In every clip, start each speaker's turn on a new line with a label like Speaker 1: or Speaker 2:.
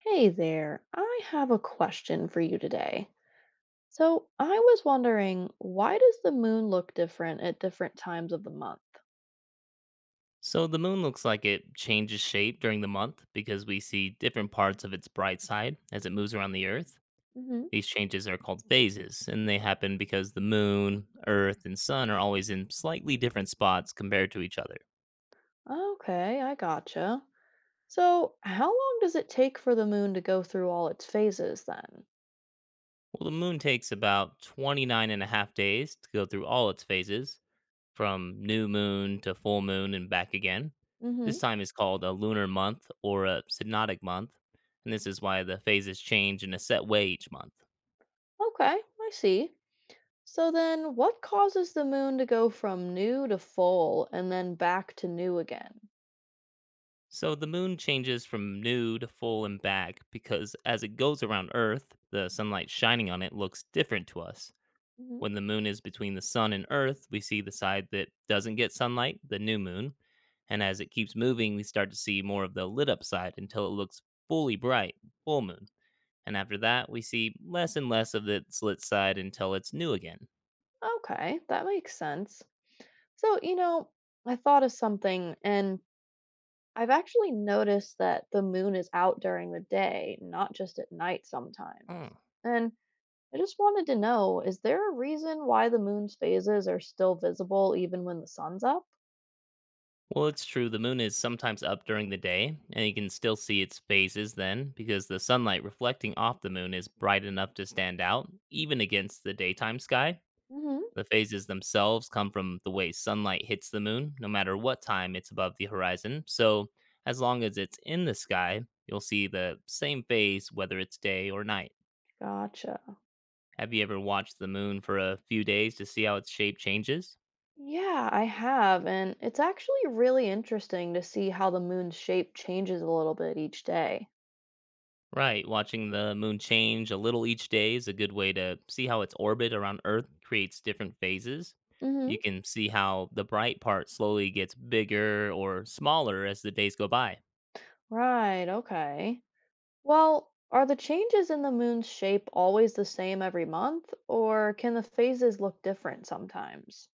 Speaker 1: Hey there, I have a question for you today. So, I was wondering, why does the moon look different at different times of the month?
Speaker 2: So the moon looks like it changes shape during the month because we see different parts of its bright side as it moves around the earth.
Speaker 1: Hmm.
Speaker 2: These changes are called phases, and they happen because the moon, earth, and sun are always in slightly different spots compared to each other.
Speaker 1: Okay, I gotcha. So, how long does it take for the moon to go through all its phases then?
Speaker 2: Well, the moon takes about 29 and a half days to go through all its phases, from new moon to full moon and back again. This
Speaker 1: Hmm.
Speaker 2: time is called a lunar month or a synodic month, and this is why the phases change in a set way each month.
Speaker 1: Okay, I see. So, then what causes the moon to go from new to full and then back to new again?
Speaker 2: So the moon changes from new to full and back because as it goes around Earth, the sunlight shining on it looks different to us.
Speaker 1: Hmm.
Speaker 2: When the moon is between the sun and Earth, we see the side that doesn't get sunlight, the new moon. And as it keeps moving, we start to see more of the lit up side until it looks fully bright, full moon. And after that, we see less and less of its lit side until it's new again.
Speaker 1: Okay, that makes sense. So, I thought of something and I've actually noticed that the moon is out during the day, not just at night sometimes. And I just wanted to know, is there a reason why the moon's phases are still visible even when the sun's up?
Speaker 2: Well, it's true. The moon is sometimes up during the day, and you can still see its phases then because the sunlight reflecting off the moon is bright enough to stand out, even against the daytime sky.
Speaker 1: Hmm.
Speaker 2: The phases themselves come from the way sunlight hits the moon, no matter what time it's above the horizon. So, as long as it's in the sky, you'll see the same phase whether it's day or night.
Speaker 1: Gotcha.
Speaker 2: Have you ever watched the moon for a few days to see how its shape changes?
Speaker 1: Yeah, I have. And it's actually really interesting to see how the moon's shape changes a little bit each day.
Speaker 2: Right, watching the moon change a little each day is a good way to see how its orbit around Earth creates different phases. You
Speaker 1: Hmm.
Speaker 2: can see how the bright part slowly gets bigger or smaller as the days go by.
Speaker 1: Right, okay. Well, are the changes in the moon's shape always the same every month, or can the phases look different sometimes?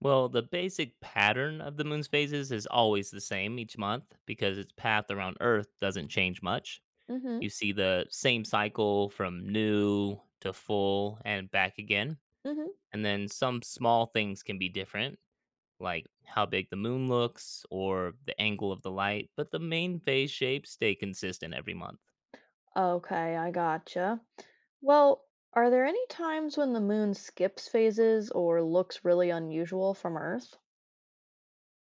Speaker 2: Well, the basic pattern of the moon's phases is always the same each month because its path around Earth doesn't change much.
Speaker 1: Mm-hmm.
Speaker 2: You see the same cycle from new to full and back again.
Speaker 1: Mm-hmm.
Speaker 2: And then some small things can be different like how big the moon looks or the angle of the light, but the main phase shapes stay consistent every month.
Speaker 1: Okay, I gotcha. Well, are there any times when the moon skips phases or looks really unusual from Earth?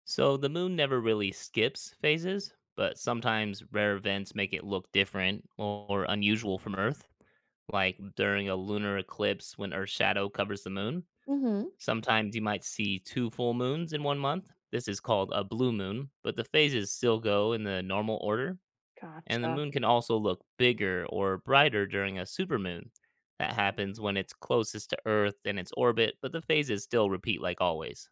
Speaker 2: So the moon never really skips phases, but sometimes rare events make it look different or unusual from Earth, like during a lunar eclipse when Earth's shadow covers the moon.
Speaker 1: Mm-hmm.
Speaker 2: Sometimes you might see two full moons in one month. This is called a blue moon, but the phases still go in the normal order. And the
Speaker 1: Gotcha.
Speaker 2: moon can also look bigger or brighter during a supermoon. That happens when it's closest to Earth in its orbit, but the phases still repeat like always.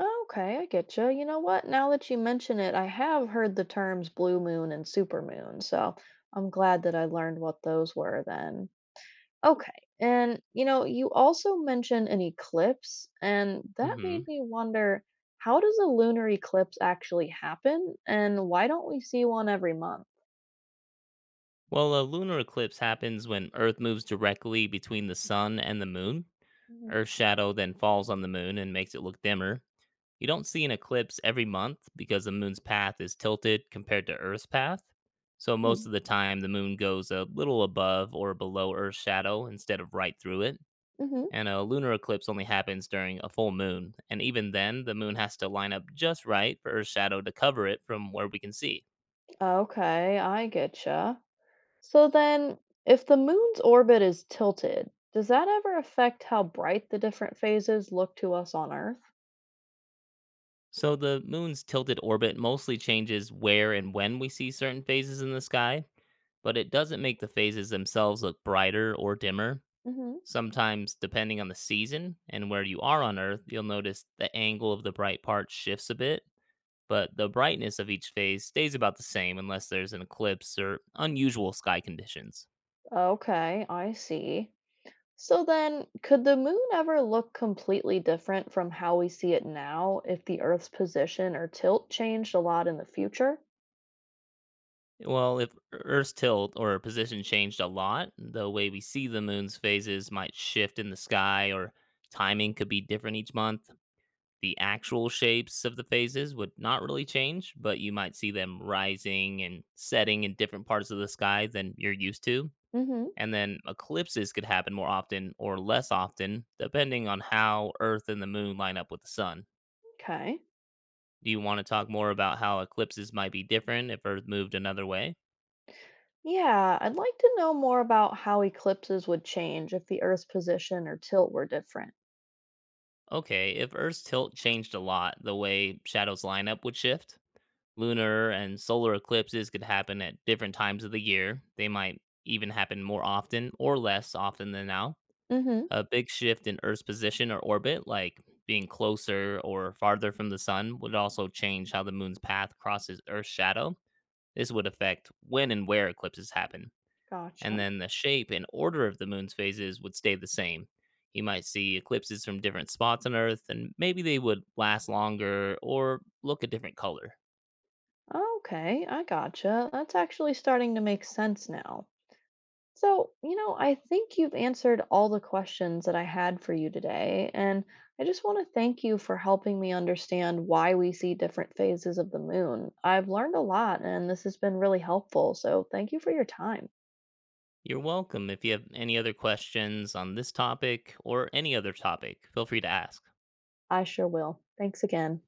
Speaker 1: Okay, I getcha. You know what? Now that you mention it, I have heard the terms blue moon and supermoon, so I'm glad that I learned what those were then. Okay. And you also mentioned an eclipse, and that made
Speaker 2: Hmm.
Speaker 1: me wonder, how does a lunar eclipse actually happen, and why don't we see one every month?
Speaker 2: Well, a lunar eclipse happens when Earth moves directly between the sun and the moon. Earth's shadow then falls on the moon and makes it look dimmer. You don't see an eclipse every month because the moon's path is tilted compared to Earth's path. So most
Speaker 1: Mm-hmm.
Speaker 2: of the time, the moon goes a little above or below Earth's shadow instead of right through it. And a lunar eclipse only happens during a full moon, and even then, the moon has to line up just right for Earth's shadow to cover it from where we can see.
Speaker 1: Okay, I getcha. So then, if the moon's orbit is tilted, does that ever affect how bright the different phases look to us on Earth?
Speaker 2: So the moon's tilted orbit mostly changes where and when we see certain phases in the sky, but it doesn't make the phases themselves look brighter or dimmer.
Speaker 1: Hmm.
Speaker 2: Sometimes, depending on the season and where you are on Earth, you'll notice the angle of the bright part shifts a bit, but the brightness of each phase stays about the same unless there's an eclipse or unusual sky conditions.
Speaker 1: Okay, I see. So then, could the moon ever look completely different from how we see it now if the Earth's position or tilt changed a lot in the future?
Speaker 2: Well, if Earth's tilt or position changed a lot, the way we see the moon's phases might shift in the sky, or timing could be different each month. The actual shapes of the phases would not really change, but you might see them rising and setting in different parts of the sky than you're used to.
Speaker 1: Hmm.
Speaker 2: And then eclipses could happen more often or less often, depending on how Earth and the moon line up with the sun.
Speaker 1: Okay.
Speaker 2: Do you want to talk more about how eclipses might be different if Earth moved another way?
Speaker 1: Yeah, I'd like to know more about how eclipses would change if the Earth's position or tilt were different.
Speaker 2: Okay, if Earth's tilt changed a lot, the way shadows line up would shift. Lunar and solar eclipses could happen at different times of the year. They might even happen more often or less often than now.
Speaker 1: Mm-hmm.
Speaker 2: A big shift in Earth's position or orbit, like being closer or farther from the sun, would also change how the moon's path crosses Earth's shadow. This would affect when and where eclipses happen,
Speaker 1: Gotcha.
Speaker 2: and then the shape and order of the moon's phases would stay the same. You might see eclipses from different spots on Earth, and maybe they would last longer or look a different color.
Speaker 1: Okay, I gotcha. That's actually starting to make sense now. So, I think you've answered all the questions that I had for you today, and I just want to thank you for helping me understand why we see different phases of the moon. I've learned a lot, and this has been really helpful. So, thank you for your time.
Speaker 2: You're welcome. If you have any other questions on this topic or any other topic, feel free to ask.
Speaker 1: I sure will. Thanks again.